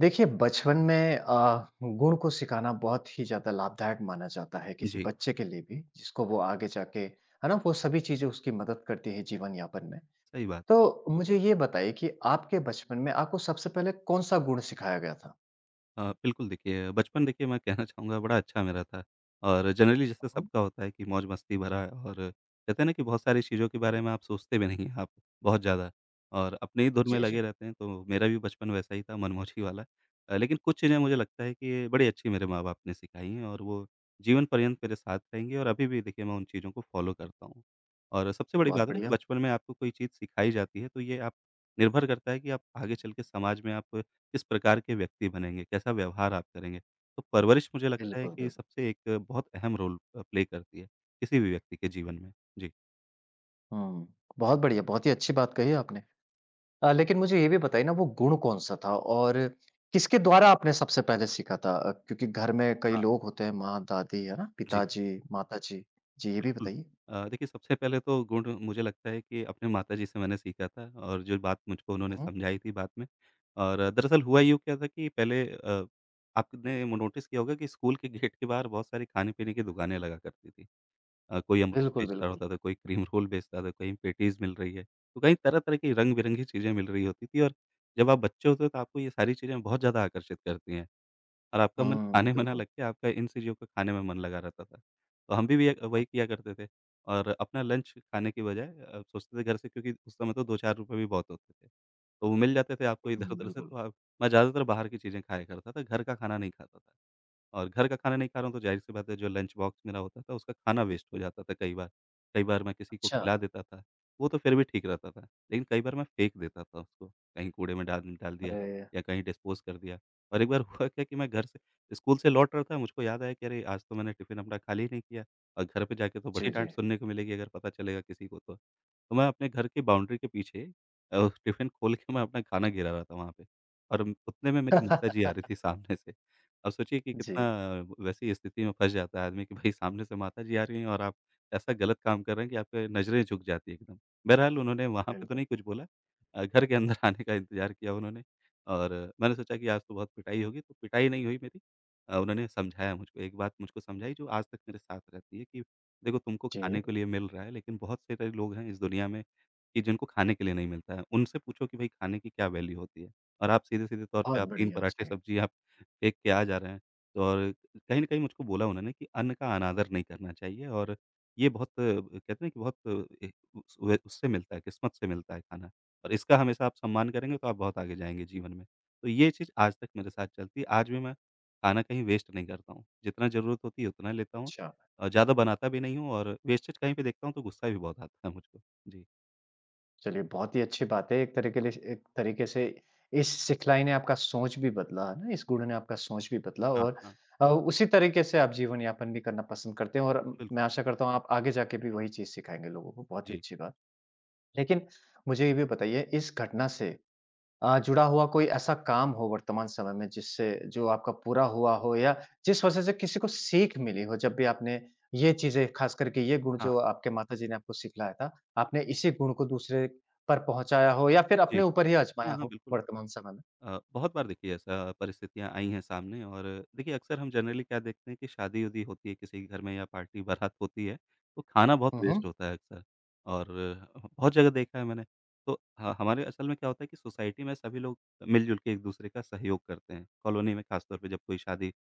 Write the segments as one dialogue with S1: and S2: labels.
S1: देखिए, बचपन में गुण को सिखाना बहुत ही ज़्यादा लाभदायक माना जाता है किसी
S2: जी,
S1: बच्चे के लिए भी, जिसको वो आगे जाके है ना, वो सभी चीज़ें उसकी मदद करती है जीवन यापन में।
S2: सही बात।
S1: तो मुझे ये बताइए कि आपके बचपन में आपको सबसे पहले कौन-सा गुण सिखाया गया था?
S2: बिल्कुल देखिए, बचपन देखिए, मैं कहना चाहूँगा बड़ा अच्छा मेरा था। और जनरली जैसे
S1: हुँ,
S2: सबका होता है कि मौज-मस्ती भरा है, और कहते हैं ना कि बहुत सारी चीज़ों के बारे में आप सोचते भी नहीं हैं आप बहुत ज़्यादा, और अपने ही धुन में
S1: जी, जी।
S2: लगे रहते हैं। तो मेरा भी बचपन वैसा ही था मनमौजी वाला। लेकिन कुछ चीज़ें मुझे लगता है कि बड़ी अच्छी मेरे माँ-बाप ने सिखाई हैं, और वो जीवन पर्यंत मेरे साथ रहेंगी, और अभी भी देखिए मैं उन चीज़ों को फ़ॉलो करता हूँ। और सबसे बड़ी
S1: बहुत
S2: बात है ना कि
S1: बढ़िया।
S2: बचपन में आपको कोई चीज़ सिखाई जाती है, तो ये आप, निर्भर करता है कि आप आगे चल के समाज में आप किस प्रकार के व्यक्ति बनेंगे, कैसा व्यवहार आप करेंगे। तो परवरिश मुझे लगता है
S1: बिल्कुल,
S2: कि
S1: बिल्कुल।
S2: सबसे एक बहुत अहम रोल प्ले करती है, किसी भी व्यक्ति के जीवन में। जी।
S1: हुँ, बहुत बढ़िया, बहुत ही अच्छी बात कही आपने। लेकिन मुझे ये भी बताइए ना वो गुण कौन-सा था और किसके द्वारा आपने सबसे पहले सीखा था? क्योंकि घर में कई
S2: हाँ।
S1: लोग होते हैं माँ, दादी, है ना?
S2: जी,
S1: पिताजी, माताजी। जी, जी ये भी
S2: बिल्कुल।
S1: बताइए।
S2: देखिए सबसे पहले तो गुण मुझे लगता है कि अपने माताजी से मैंने सीखा था, और जो बात मुझको उन्होंने
S1: हुँ।
S2: समझाई थी बाद में। और दरअसल हुआ यूँ क्या था कि पहले आपने नोटिस किया होगा कि स्कूल के गेट के बाहर बहुत सारी खाने-पीने की दुकानें लगा करती थी। कोई अमरूद
S1: बिल्कुल,
S2: बेच रहा
S1: बिल्कुल।
S2: होता था, कोई क्रीम रोल बेचता था, कहीं पेटीज़ मिल रही है। तो कहीं तरह-तरह की रंग-बिरंगी चीज़ें मिल रही होती थी, और जब आप बच्चे होते हो तो आपको ये सारी चीज़ें बहुत ज़्यादा आकर्षित करती हैं। और आपका मन खाने में ना
S1: बिल्कुल।
S2: लग के आपका इन चीज़ों को खाने में मन लगा रहता था। तो हम भी
S1: हुँ,
S2: वही किया करते थे, और अपना लंच खाने की बजाय सोचते थे घर से, क्योंकि उस समय तो 2-4 रुपए भी बहुत होते थे। तो वो मिल जाते थे आपको
S1: हुँ,
S2: इधर-उधर से,
S1: बिल्कुल।
S2: तो आप। मैं ज़्यादातर बाहर की चीज़ें खाया करता था, घर का खाना नहीं खाता था। और घर का खाना नहीं खा रहा हूँ तो ज़ाहिर-सी बात है, जो लंच बॉक्स मेरा होता था उसका खाना वेस्ट हो जाता था कई बार। कई बार मैं किसी को
S1: अच्छा,
S2: खिला देता था, वो तो फिर भी ठीक रहता था। लेकिन कई बार मैं फेंक देता था उसको, कहीं कूड़े में डाल डाल दिया,
S1: अरे!
S2: या कहीं डिस्पोज़ कर दिया। और एक बार हुआ क्या कि मैं घर से, स्कूल से लौट रहा था, मुझको याद आया कि अरे! आज तो मैंने टिफ़िन अपना खाली नहीं किया, और घर पे जाके तो
S1: जी,
S2: बड़ी
S1: जी।
S2: डाँट सुनने को मिलेगी अगर पता चलेगा किसी को तो। तो मैं अपने घर की बाउंड्री के पीछे टिफ़िन खोल के मैं अपना खाना गिरा रहा था वहाँ पे, और उतने में मेरी माताजी आ रही थी सामने से। अब सोचिए कि
S1: जी,
S2: कितना वैसी स्थिति में फँस जाता है आदमी कि भाई सामने से माताजी आ रही हैं, और आप ऐसा गलत काम कर रहे हैं कि आपकी नज़रें झुक जाती है एकदम। बहरहाल उन्होंने वहाँ पे तो
S1: बिल्कुल।
S2: नहीं कुछ बोला, घर के अंदर आने का इंतज़ार किया उन्होंने। और मैंने सोचा कि आज तो बहुत पिटाई होगी, तो पिटाई नहीं हुई मेरी। उन्होंने समझाया मुझको, एक बात मुझको समझाई जो आज तक मेरे साथ रहती है, कि देखो तुमको
S1: जी,
S2: खाने के लिए मिल रहा है, लेकिन बहुत से ऐसे लोग हैं इस दुनिया में कि जिनको खाने के लिए नहीं मिलता है, उनसे पूछो कि भई खाने की क्या वैल्यू होती है? और आप सीधे-सीधे तौर पे
S1: बहुत
S2: आप 3
S1: बढ़िया।
S2: पराठे
S1: जी,
S2: सब्ज़ी आप फेंक के आ जा रहे हैं। तो और कहीं न कहीं मुझको बोला उन्होंने कि अन्न का अनादर नहीं करना चाहिए, और ये बहुत कहते हैं ना कि बहुत अ, ए उस वे उससे मिलता है, किस्मत से मिलता है खाना। और इसका हमेशा आप सम्मान करेंगे तो आप बहुत आगे जाएँगे जीवन में। तो ये चीज़ आज तक मेरे साथ चलती है, आज भी मैं खाना कहीं वेस्ट नहीं करता हूँ। जितना ज़रूरत होती है उतना लेता हूँ,
S1: अच्छा।
S2: और ज़्यादा बनाता भी नहीं हूँ, और वेस्टेज कहीं पे देखता हूँ तो गुस्सा भी बहुत आता है मुझको। जी।
S1: चलिए, बहुत ही अच्छी बात है। एक तरह के लिए एक तरीके से इस सिखलाई ने आपका सोच भी बदला, है ना? इस गुरु ने आपका सोच भी बदला
S2: हाँ,
S1: और
S2: हाँ,
S1: उसी तरीके से आप जीवन यापन भी करना पसंद करते हैं और मैं
S2: बिल्कुल।
S1: आशा करता हूँ, आप आगे जाके भी वही चीज़ सिखाएँगे लोगों को, बहुत ही
S2: जी।
S1: अच्छी बात। लेकिन मुझे ये भी बताइए, इस घटना से जुड़ा हुआ कोई ऐसा काम हो वर्तमान समय में जिससे जो आपका पूरा हुआ हो या जिस वजह से किसी को सीख मिली हो जब भी आपने ये चीज़ें ख़ास करके ये गुण
S2: हाँ,
S1: जो आपके माताजी ने आपको सिखलाया था, आपने इसी गुण को दूसरे पर पहुँचाया हो या फिर
S2: जी।
S1: अपने ऊपर ही आज़माया
S2: हाँ, हाँ,
S1: हो
S2: बिल्कुल।
S1: वर्तमान समय में?
S2: बहुत बार देखिए ऐसा परिस्थितियाँ आई हैं सामने, और देखिए अक्सर हम जनरली क्या देखते हैं कि शादी-उदी होती है किसी के घर में या पार्टी बारात होती है, तो खाना बहुत
S1: हुँ, हुँ,
S2: वेस्ट होता है अक्सर, और बहुत जगह देखा है मैंने। तो ह हमारे असल में क्या होता है कि सोसाइटी में सभी लोग मिल-जुल के एक-दूसरे का सहयोग करते हैं, कॉलोनी में ख़ासतौर पे जब कोई शादी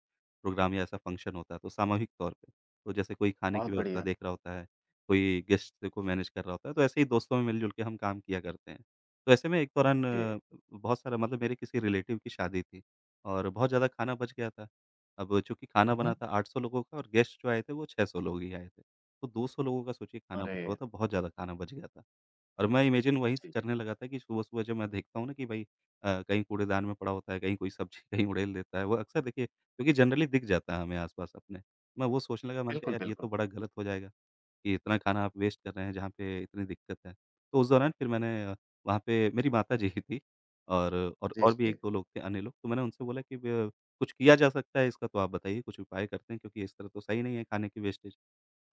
S2: प्रोग्राम या ऐसा फ़ंक्शन होता है तो सामूहिक तौर पे। तो जैसे कोई खाने की
S1: बहुत
S2: व्यवस्था
S1: बढ़िया।
S2: देख रहा होता है, कोई गेस्ट को मैनेज कर रहा होता है, तो ऐसे ही दोस्तों में मिल-जुल के हम काम किया करते हैं। तो ऐसे में एक दौरान
S1: जी।
S2: बहुत सारा, मतलब, मेरे किसी रिलेटिव की शादी थी, और बहुत ज़्यादा खाना बच गया था। अब चूँकि खाना
S1: हुँ,
S2: बना
S1: हुँ।
S2: था 800 लोगों का, और गेस्ट जो आए थे वो 600 लोग ही आए थे। तो 200 लोगों का सोचिए खाना
S1: अरे!
S2: बचा हुआ था, बहुत ज़्यादा खाना बच गया था। और मैं इमेजिन वही
S1: जी, जी।
S2: करने लगा था कि सुबह-सुबह जब मैं देखता हूँ ना कि भई कहीं कूड़ेदान में पड़ा होता है, कहीं कोई सब्ज़ी कहीं उड़ेल देता है। वो अक्सर देखिए, क्योंकि जनरली दिख जाता है हमें आस-पास अपने। मैं वो सोचने लगा, मैंने कहा
S1: बिल्कुल,
S2: यार ये
S1: बिल्कुल।
S2: तो बड़ा गलत हो जाएगा कि इतना खाना आप वेस्ट कर रहे हैं जहाँ पे इतनी दिक्कत है। तो उस दौरान फिर मैंने, वहाँ पे मेरी माताजी ही थी, और और
S1: जी,
S2: और भी
S1: जी।
S2: 1-2 लोग थे अन्य लोग, तो मैंने उनसे बोला कि ब कुछ किया जा सकता है इसका, तो आप बताइए कुछ उपाय करते हैं, क्योंकि इस तरह तो सही नहीं है खाने की वेस्टेज।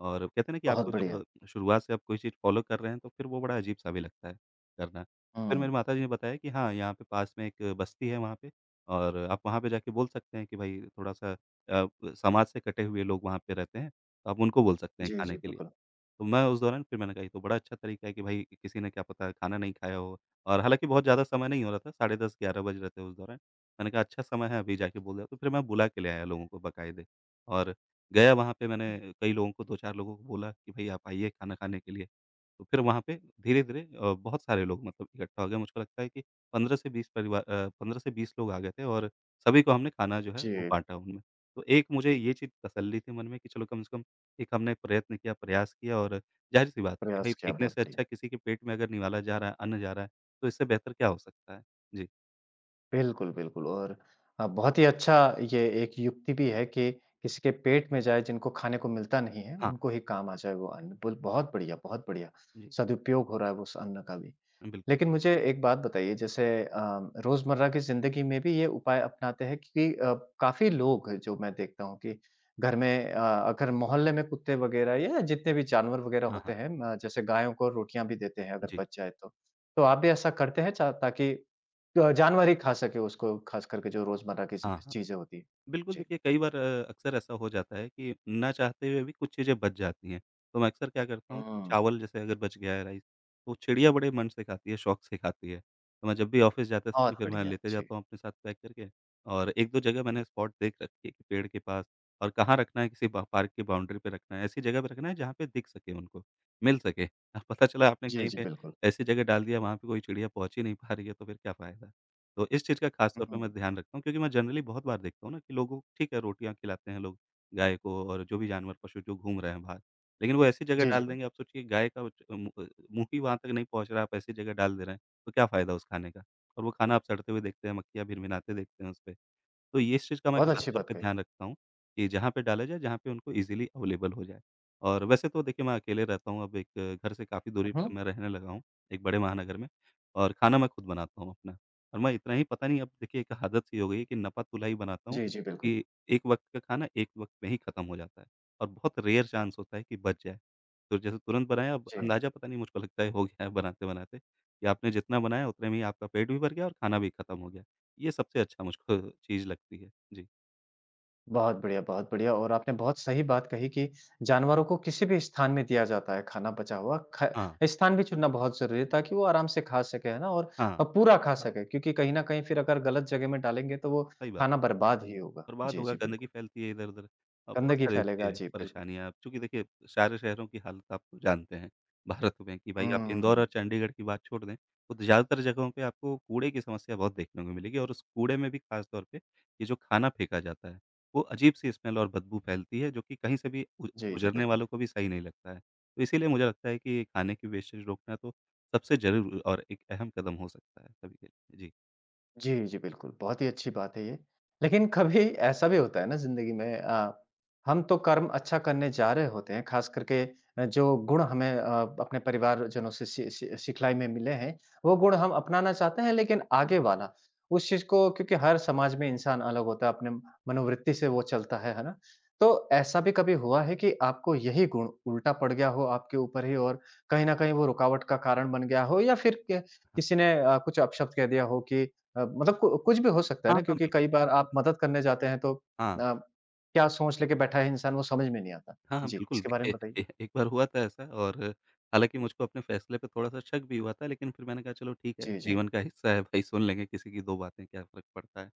S2: और कहते हैं ना कि
S1: बहुत
S2: आपको जब
S1: बढ़िया।
S2: शुरुआत से आप कोई चीज़ फ़ॉलो कर रहे हैं तो फिर वो बड़ा अजीब-सा भी लगता है करना। तो फिर
S1: हुँ।
S2: मेरी माताजी ने बताया कि हाँ, यहाँ पे पास में एक बस्ती है वहाँ पे, और आप वहाँ पे जाके बोल सकते हैं कि भई थोड़ा-सा, अ, समाज से कटे हुए लोग वहाँ पे रहते हैं, तो आप उनको बोल सकते हैं
S1: जी, जी,
S2: खाने के लिए।
S1: बिल्कुल।
S2: तो मैं उस दौरान, फिर मैंने कहा ये तो बड़ा अच्छा तरीका है कि भाई किसी ने क्या पता खाना नहीं खाया हो, और हालाँकि बहुत ज़्यादा समय नहीं हो रहा था, साढ़े 10 11 बज रहे थे उस दौरान। मैंने कहा अच्छा समय है अभी जाके बोल दिया, तो फिर मैं बुला के ले आया लोगों को बाकायदे, और गया वहाँ पे, मैंने कई लोगों को 2-4 लोगों को बोला कि भाई आप आइए खाना खाने के लिए। तो फिर वहाँ पे धीरे-धीरे बहुत सारे लोग मतलब इकट्ठा हो गए, मुझको लगता है कि 15 से 20 परिवार, 15 से 20 लोग आ गए थे, और सभी को हमने खाना जो है
S1: जी,
S2: वो बाँटा उनमें। तो एक मुझे ये चीज़ तसल्ली थी मन में कि चलो कम से कम एक हमने प्रयत्न किया, प्रयास किया, और ज़ाहिर-सी बात है कि
S1: प्रयास
S2: भई
S1: किया,
S2: फेंकने
S1: बहुत
S2: से
S1: बढ़िया।
S2: अच्छा किसी के पेट में अगर निवाला जा रहा है, अन्न जा रहा है, तो इससे बेहतर क्या हो सकता है? जी,
S1: बिल्कुल, बिल्कुल और बहुत ही अच्छा ये एक युक्ति भी है कि किसी के पेट में जाए जिनको खाने को मिलता नहीं है,
S2: हाँ,
S1: उनको ही काम आ जाए वो अन्न। बुल बहुत बढ़िया,
S2: जी,
S1: सदुपयोग हो रहा है उस अन्न का भी।
S2: बिल्कुल।
S1: लेकिन मुझे एक बात बताइए जैसे रोज़मर्रा की ज़िंदगी में भी ये उपाय अपनाते हैं क्योंकि काफ़ी लोग जो मैं देखता हूँ कि घर में अगर मोहल्ले में कुत्ते वगैरह या जितने भी जानवर वगैरह
S2: हाँ, हाँ,
S1: होते हैं जैसे गायों को रोटियां भी देते हैं अगर
S2: जी,
S1: बच जाए तो आप भी ऐसा करते हैं ताकि जानवर ही खा सके उसको खास करके जो रोज़मर्रा की
S2: हाँ, हाँ।
S1: चीज़ें होती है
S2: बिल्कुल,
S1: जी।
S2: देखिए कई बार अक्सर ऐसा हो जाता है कि ना चाहते हुए भी कुछ चीज़ें बच जाती हैं। तो मैं अक्सर क्या करता हूँ कि
S1: हम्म।
S2: चावल जैसे अगर बच गया है राइस, तो चिड़िया बड़े मन से खाती है, शौक से खाती है। तो मैं जब भी ऑफ़िस जाते समय
S1: बहुत
S2: फिर मैं
S1: बढ़िया
S2: लेते
S1: जी।
S2: जाता हूँ अपने साथ पैक करके, और 1-2 जगह मैंने स्पॉट देख रखी है कि पेड़ के पास और कहाँ रखना है, किसी बा पार्क की बाउंड्री पे रखना है, ऐसी जगह पे रखना है जहाँ पे दिख सके उनको, मिल सके। अब पता चला आपने
S1: जी
S2: कहीं
S1: जी
S2: पे
S1: बिल्कुल।
S2: ऐसी जगह डाल दिया, वहाँ पे कोई चिड़िया पहुँच ही नहीं पा रही है, तो फिर क्या फ़ायदा। तो इस चीज़ का ख़ास तौर पे
S1: हम्म।
S2: मैं ध्यान रखता हूँ, क्योंकि मैं जनरली बहुत बार देखता हूँ ना कि लोगों को, ठीक है, रोटियाँ खिलाते हैं लोग गाय को, और जो भी जानवर पशु जो घूम रहे हैं बाहर। लेकिन वो ऐसी जगह
S1: जी जी
S2: डाल
S1: बिल्कुल।
S2: देंगे, आप सोचिए गाय का मुँह ही वहाँ तक नहीं पहुँच रहा है, आप ऐसी जगह डाल दे रहे हैं, तो क्या फ़ायदा उस खाने का? और वो खाना आप सड़ते हुए देखते हैं, मक्खियाँ भिनभिनाते देखते हैं उसपे। तो ये इस चीज़ का मैं
S1: बहुत
S2: ख़ास
S1: अच्छी
S2: तौर
S1: बात
S2: पे
S1: कही।
S2: ध्यान रखता हूँ कि जहाँ पे डाला जाए, जहाँ पे उनको ईज़िली अवेलेबल हो जाए। और वैसे तो देखिए मैं अकेले रहता हूँ, अब एक घर से काफ़ी दूरी
S1: हम्म।
S2: पे मैं रहने लगा हूँ, एक बड़े महानगर में और खाना मैं खुद बनाता हूँ अपना। और मैं इतना ही पता नहीं अब देखिए एक आदत सी हो गई है कि नपा-तुला ही बनाता हूँ
S1: जी जी बिल्कुल।
S2: कि एक वक़्त का खाना एक वक़्त में ही ख़त्म हो जाता है और बहुत रेयर चांस होता है कि बच जाए। तो जैसे तुरंत बनाया अब
S1: जी।
S2: अंदाज़ा पता नहीं मुझको लगता है हो गया है बनाते-बनाते कि आपने जितना बनाया उतने में ही आपका पेट भी भर गया और खाना भी ख़त्म हो गया। ये सबसे अच्छा मुझको चीज़ लगती है। जी।
S1: बहुत बढ़िया और आपने बहुत सही बात कही कि जानवरों को किसी भी स्थान में दिया जाता है खाना बचा हुआ, ख
S2: हाँ,
S1: स्थान भी चुनना बहुत ज़रूरी है ताकि वो आराम से खा सकें, है ना? और
S2: हाँ।
S1: पूरा खा सकें क्योंकि कहीं न कहीं फिर अगर गलत जगह में डालेंगे तो वो
S2: सही बात।
S1: खाना बर्बाद ही होगा।
S2: बर्बाद
S1: जी,
S2: होगा,
S1: जी,
S2: गंदगी
S1: बिल्कुल।
S2: फैलती है इधर-उधर। बहुत
S1: गंदगी
S2: सारे
S1: फैलेगा,
S2: उसके
S1: जी, बिल्कुल।
S2: परेशानियाँ, अब चूँकि देखिए सारे शहरों की हालत आप तो जानते हैं भारत में कि भाई आप इंदौर
S1: हुँ,
S2: और चंडीगढ़ की बात छोड़ दें, तो ज़्यादातर जगहों पे आपको कूड़े की समस्या बहुत देखने को मिलेगी और उस कूड़े में भी खास तौर पे ये जो खाना फेंका जाता है, वो अजीब-सी स्मेल और बदबू फैलती है जो कि कहीं से भी गु
S1: जी, जी,
S2: गुज़रने
S1: बिल्कुल।
S2: वालों को भी सही नहीं लगता है। तो इसीलिए मुझे लगता है कि खाने की वेस्टेज रोकना तो सबसे ज़रूर और एक अहम कदम हो सकता है सभी के लिए। जी।
S1: जी, जी, बिल्कुल, बहुत ही अच्छी बात है ये। लेकिन कभी ऐसा भी होता है ना ज़िंदगी में हम तो कर्म अच्छा करने जा रहे होते हैं, ख़ास करके जो गुण हमें अपने परिवारजनों से सि सि सिखलाई में मिले हैं, वो गुण हम अपनाना चाहते हैं, लेकिन आगे वाला, उस चीज़ को क्योंकि हर समाज में इंसान अलग होता है, अपने मनोवृत्ति से वो चलता है ना? तो ऐसा भी कभी हुआ है कि आपको यही गुण उल्टा पड़ गया हो आपके ऊपर ही और कहीं न कहीं वो रुकावट का कारण बन गया हो या फिर क
S2: हाँ,
S1: किसी ने कुछ अपशब्द कह दिया हो कि मतलब कु कुछ भी हो सकता है
S2: हाँ,
S1: ना
S2: हाँ,
S1: क्योंकि
S2: बिल्कुल।
S1: कई बार आप मदद करने जाते हैं तो अ,
S2: हाँ।
S1: क्या सोच लेके बैठा है इंसान वो समझ में नहीं आता।
S2: हाँ, हाँ,
S1: जी,
S2: बिल्कुल
S1: इसके बारे में बताइए?
S2: देखिए ए एक बार हुआ था ऐसा और हालाँकि मुझको अपने फ़ैसले पे थोड़ा-सा शक भी हुआ था लेकिन फिर मैंने कहा चलो ठीक है,
S1: जी, जी।
S2: जीवन का हिस्सा है भई सुन लेंगे किसी की 2 बातें क्या फ़र्क पड़ता है।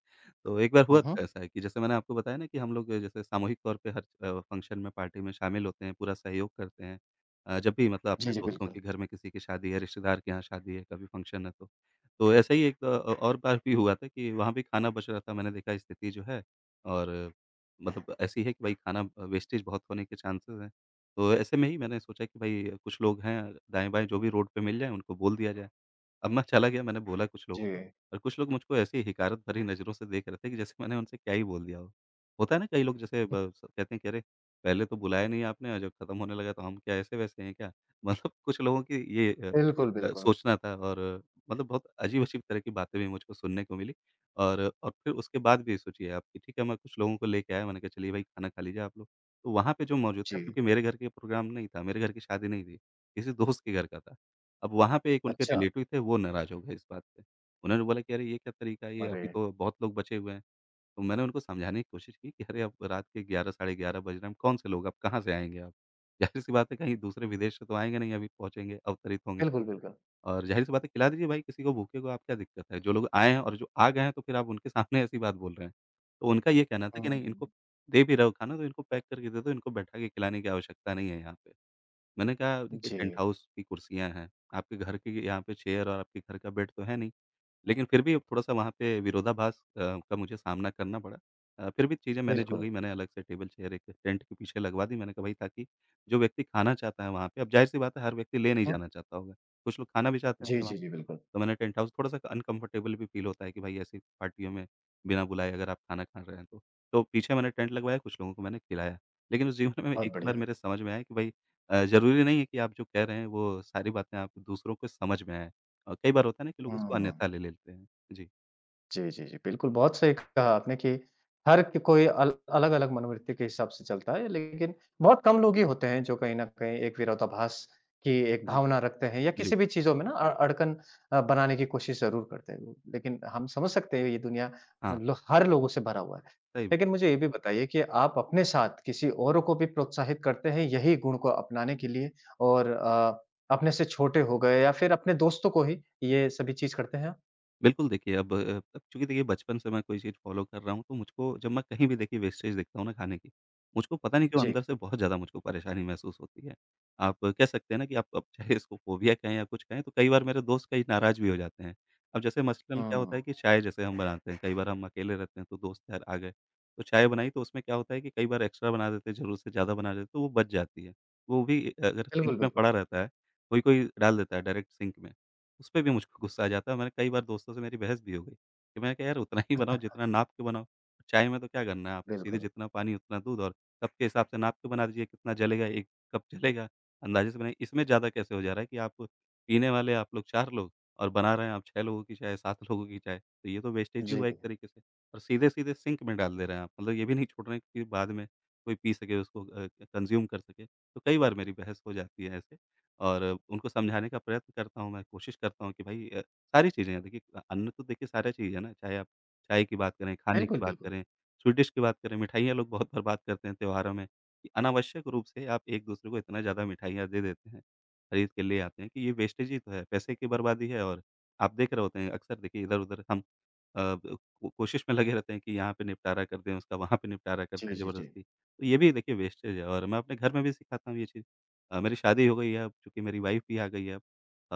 S2: तो एक बार
S1: हुँ,
S2: हुआ
S1: हुँ।
S2: था ऐसा है कि जैसे मैंने आपको बताया ना कि हम लोग जैसे सामूहिक तौर पे हर फ़ंक्शन में पार्टी में शामिल होते हैं, पूरा सहयोग करते हैं। जब भी मतलब
S1: जी,
S2: अपने
S1: जी,
S2: दोस्तों
S1: बिल्कुल।
S2: के घर में किसी की शादी है, रिश्तेदार के यहाँ शादी है, कभी फ़ंक्शन है तो। तो ऐसा ही एक और बार भी हुआ था कि वहाँ भी खाना बच रहा था मैंने देखा स्थिति जो है और मतलब ऐसी है कि भाई खाना वेस्टेज बहुत होने के चांसेस हैं। तो ऐसे में ही मैंने सोचा कि भाई कुछ लोग हैं दाएँ-बाएँ जो भी रोड पे मिल जाएँ उनको बोल दिया जाए। अब मैं चला गया मैंने बोला कुछ लोगों को
S1: जी,
S2: और कुछ लोग मुझको ऐसे ही हिकारत भरी नज़रों से देख रहे थे कि जैसे मैंने उनसे क्या ही बोल दिया हो। होता है ना कई लोग जैसे कहते हैं कि अरे! पहले तो बुलाया नहीं आपने और जब खत्म होने लगा तो हम क्या ऐसे-वैसे हैं क्या? मतलब कुछ लोगों की ये
S1: बिल्कुल, बिल्कुल।
S2: सोचना था और मतलब बहुत अजीब-अजीब तरह की बातें भी मुझको सुनने को मिली। और फिर उसके बाद भी सोचिए आप कि ठीक है, मैं कुछ लोगों को लेके आया, मैंने कहा चलिए भाई खाना खा लीजिए आप लोग। तो वहाँ पे जो मौजूद था
S1: जी,
S2: क्योंकि मेरे घर के प्रोग्राम नहीं था, मेरे घर की शादी नहीं थी, किसी दोस्त के घर का था। अब वहाँ पे एक उनके
S1: अच्छा।
S2: रिलेटिव थे, वो नाराज़ हो गए इस बात पे। उन्होंने बोला कि अरे ये क्या तरीका है, ये
S1: अरे!
S2: अभी तो बहुत लोग बचे हुए हैं। तो मैंने उनको समझाने की कोशिश की कि अरे अब रात के 11 साढ़े 11 बज रहे हैं, कौन से लोग, अब कहाँ से आएँगे आप? ज़ाहिर-सी बात है कहीं दूसरे विदेश से तो आएँगे नहीं, अभी पहुँचेंगे, अवतरित होंगे।
S1: बिल्कुल, बिल्कुल।
S2: और ज़ाहिर-सी बात है खिला दीजिए भाई किसी को भूखे को, आप क्या दिक्कत है? जो लोग आए हैं और जो आ गए हैं तो फिर आप उनके सामने ऐसी बात बोल रहे हैं। तो उनका ये कहना था कि नहीं इनको
S1: हुँ,
S2: दे भी रहे हो खाना तो इनको पैक करके दे दो, इनको बैठा के खिलाने की आवश्यकता नहीं है यहाँ पे। मैंने कहा देखिए टेंट
S1: जी,
S2: हाउस की कुर्सियाँ हैं, आपके घर की यहाँ पे चेयर और आपके घर का बेड तो है नहीं। लेकिन फिर भी थोड़ा-सा वहाँ पे विरोधाभास का मुझे सामना करना पड़ा। फिर भी चीज़ें मैनेज हो
S1: बिल्कुल।
S2: गई, मैंने अलग से टेबल चेयर एक टेंट के पीछे लगवा दी। मैंने कहा भई ताकि जो व्यक्ति खाना चाहता है वहाँ पे अब ज़ाहिर-सी बात है हर व्यक्ति ले नहीं
S1: हुँ।
S2: जाना चाहता होगा। कुछ लोग खाना भी चाहते
S1: जी,
S2: होंगे वहाँ
S1: जी, जी,
S2: पे।
S1: बिल्कुल।
S2: तो मैंने टेंट हाउस थोड़ा-सा अनकम्फर्टेबल भी फ़ील होता है कि भाई ऐसी पार्टियों में बिना बुलाए अगर आप खाना खा रहे हैं तो। तो पीछे मैंने टेंट लगवाया, कुछ लोगों को मैंने खिलाया। लेकिन उस जीवन में एक
S1: बहुत
S2: ही बार
S1: बढ़िया।
S2: मेरे समझ में आया कि भई ज़रूरी नहीं है कि आप जो कह रहे हैं वो सारी बातें आप दूसरों को समझ में आएँ। कई बार होता है ना कि लोग उसको
S1: हुँ।
S2: अन्यथा ले लेते हैं। जी,
S1: जी, जी, जी। बिल्कुल, बहुत सही कहा आपने कि हर क कोई अल अलग-अलग मनोवृत्ति के हिसाब से चलता है, लेकिन बहुत कम लोग ही होते हैं जो कहीं न कहीं एक विरोधाभास की एक
S2: हाँ,
S1: भावना रखते हैं या
S2: जी,
S1: किसी भी चीज़ों में ना अड़कन बनाने की कोशिश ज़रूर करते हैं। लेकिन हम समझ सकते हैं ये दुनिया
S2: हाँ,
S1: लो हर लोगों से भरा हुआ है।
S2: सही
S1: लेकिन मुझे ये भी बताइए कि आप अपने साथ किसी औरों को भी प्रोत्साहित करते हैं यही गुण को अपनाने के लिए और अपने से छोटे हो गए या फिर अपने दोस्तों को ही ये सभी चीज़ करते हैं आप?
S2: बिल्कुल, देखिए अब अब चूँकि देखिए बचपन से मैं कोई चीज़ फ़ॉलो कर रहा हूँ, तो मुझको जब मैं कहीं भी देखिए वेस्टेज देखता हूँ ना खाने की, मुझको पता नहीं क्यों
S1: जी।
S2: अंदर से बहुत ज़्यादा मुझको परेशानी महसूस होती है। आप कह सकते हैं ना कि आप चाहे इसको फ़ोबिया कहें या कुछ कहें, तो कई बार मेरे दोस्त कई नाराज़ भी हो जाते हैं। अब जैसे मसलन क्या होता
S1: हुँ।
S2: है कि चाय जैसे हम बनाते हैं, कई बार हम अकेले रहते हैं तो दोस्त यार आ गए, तो चाय बनाई तो उसमें क्या होता है कि कई बार एक्स्ट्रा बना देते हैं, ज़रूरत से ज़्यादा बना देते हैं, तो वो बच जाती है। वो भी अगर सिंक
S1: बिल्कुल,
S2: में
S1: बिल्कुल,
S2: पड़ा रहता है, कोई-कोई डाल देता है डायरेक्ट सिंक में। उस पे भी मुझको गुस्सा आ जाता है, मैंने कई बार दोस्तों से मेरी बहस भी हो गई कि मैंने कहा, "यार उतना ही बनाओ जितना नाप के बनाओ, चाय में तो क्या करना है आपको सीधे
S1: बिल्कुल।
S2: जितना पानी उतना दूध और कप के हिसाब से नाप के बना दीजिए कितना जलेगा, 1 कप जलेगा, अंदाज़े से बनाइए।" इसमें ज़्यादा कैसे हो जा रहा है कि आप पीने वाले आप लोग 4 लोग और बना रहे हैं आप 6 लोगों की चाय, 7 लोगों की चाय, तो ये तो वेस्टेज ही
S1: जी।
S2: हुआ एक तरीके से और सीधे-सीधे सिंक में डाल दे रहे हैं आप, मतलब ये भी नहीं छोड़ रहे हैं कि बाद में कोई पी सके उसको कंज़्यूम कर सके, तो कई बार मेरी बहस हो जाती है ऐसे। और उनको समझाने का प्रयत्न करता हूँ मैं, कोशिश करता हूँ कि भई सारी चीज़ें हैं देखिए अन्न तो देखिए सारा चीज़ है ना, चाहे आप चाय की बात करें, खाने की
S1: बिल्कुल,
S2: बात
S1: बिल्कुल।
S2: करें, स्वीट डिश की बात करें, मिठाइयाँ लोग बहुत बार बात करते हैं त्योहारों में कि अनावश्यक रूप से आप एक-दूसरे को इतना ज़्यादा मिठाइयाँ दे देते हैं, खरीद के ले आते हैं कि ये वेस्टेज ही तो है, पैसे की बर्बादी है और आप देख रहे होते हैं अक्सर देखिए इधर-उधर हम ब को कोशिश में लगे रहते हैं कि यहाँ पे निपटारा कर दें उसका, वहाँ पे निपटारा
S1: जी,
S2: करते हैं
S1: जी, जी।
S2: ज़बरदस्ती। तो ये भी देखिए वेस्टेज है और मैं अपने घर में भी सिखाता हूँ ये चीज़। मेरी शादी हो गई है अब चूँकि मेरी वाइफ़ भी आ गई है अब।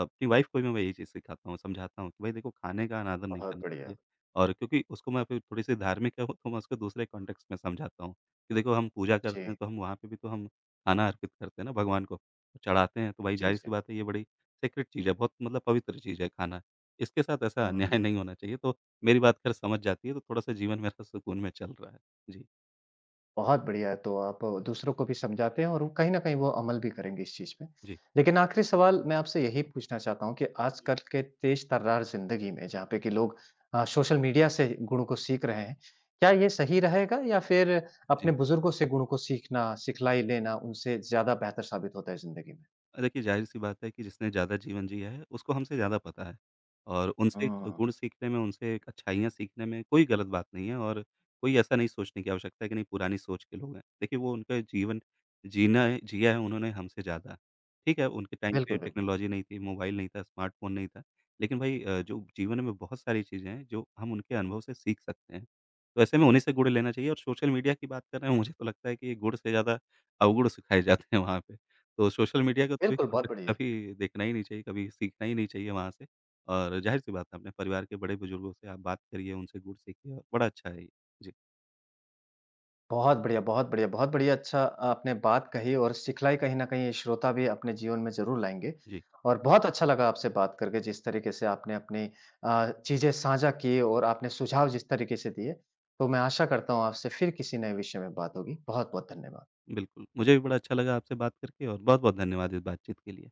S2: अपनी वाइफ़ को भी मैं यही चीज़ सिखाता हूँ, समझाता हूँ कि भई देखो खाने का अनादर नहीं
S1: बहुत
S2: करना
S1: बढ़िया।
S2: चाहिए और क्योंकि उसको मैं फिर थोड़ी-सी धार्मिक है वो तो मैं उसको दूसरे कॉन्टेक्स्ट में समझाता हूँ कि देखो हम पूजा करते हैं
S1: जी,
S2: तो हम वहाँ पे भी तो हम खाना अर्पित करते हैं ना भगवान को, चढ़ाते हैं तो भाई
S1: जी,
S2: ज़ाहिर-सी
S1: जी।
S2: बात है ये बड़ी सीक्रेट चीज़ है, बहुत मतलब पवित्र चीज़ है खाना। इसके साथ ऐसा अन्याय
S1: हुँ,
S2: नहीं होना चाहिए तो मेरी बात ख़ैर समझ जाती है तो थोड़ा-सा जीवन मेरा सुकून में चल रहा है। जी,
S1: बहुत बढ़िया है तो आप दूसरों को भी समझाते हैं और वो कहीं न कहीं वो अमल भी करेंगे इस चीज़ पे।
S2: जी,
S1: लेकिन आखिरी सवाल मैं आपसे यही पूछना चाहता हूँ कि आजकल के तेज़-तर्रार ज़िंदगी में जहाँ पे कि लोग सोशल मीडिया से गुणों को सीख रहे हैं, क्या ये सही रहेगा या फिर
S2: जी।
S1: अपने बुजुर्गों से गुणों को सीखना, सिखलाई लेना उनसे ज़्यादा बेहतर साबित होता है ज़िंदगी में?
S2: देखिए, ज़ाहिर-सी बात है कि जिसने ज़्यादा जीवन जिया है, उसको हमसे ज़्यादा पता है और उनसे
S1: हुँ,
S2: गुण सीखने में, उनसे अच्छाइयाँ सीखने में कोई गलत बात नहीं है और कोई ऐसा नहीं सोचने की आवश्यकता है कि नहीं पुरानी सोच के लोग हैं। देखिए, वो उनका जीवन जीना है जिया है उन्होंने हमसे ज़्यादा। ठीक है, उनके टाइम पे
S1: बिल्कुल, बिल्कुल।
S2: टेक्नोलॉजी नहीं थी, मोबाइल नहीं था, स्मार्टफ़ोन नहीं था, लेकिन भई जो जीवन में बहुत सारी चीज़ें हैं, जो हम उनके अनुभव से सीख सकते हैं। तो ऐसे में उन्हीं से गुण लेना चाहिए और सोशल मीडिया की बात कर रहे हैं, मुझे तो लगता है कि गुण से ज़्यादा अवगुण सिखाए जाते हैं वहाँ पे। तो सोशल मीडिया का तो भी
S1: बिल्कुल, बहुत
S2: कंटेंट
S1: बढ़िया।
S2: कभी देखना ही नहीं चाहिए, कभी सीखना ही नहीं चाहिए वहाँ से और ज़ाहिर-सी बात है अपने परिवार के बड़े-बुज़ुर्गों से आप बात करिए, उनसे गुण सीखिए और बड़ा अच्छा है ये। जी,
S1: बहुत बढ़िया, बहुत बढ़िया, बहुत बढ़िया अच्छा आपने बात कही और सिखलाई कहीं न कहीं श्रोता भी अपने जीवन में ज़रूर लाएँगे।
S2: जी,
S1: और बहुत अच्छा लगा आपसे बात करके जिस तरीके से आपने अपनी चीज़ें साझा की और आपने सुझाव जिस तरीके से दिए, तो मैं आशा करता हूँ आपसे फिर किसी नए विषय में बात होगी। बहुत-बहुत धन्यवाद।
S2: बिल्कुल। मुझे भी बड़ा अच्छा लगा आपसे बात करके और बहुत-बहुत धन्यवाद इस बातचीत के लिए।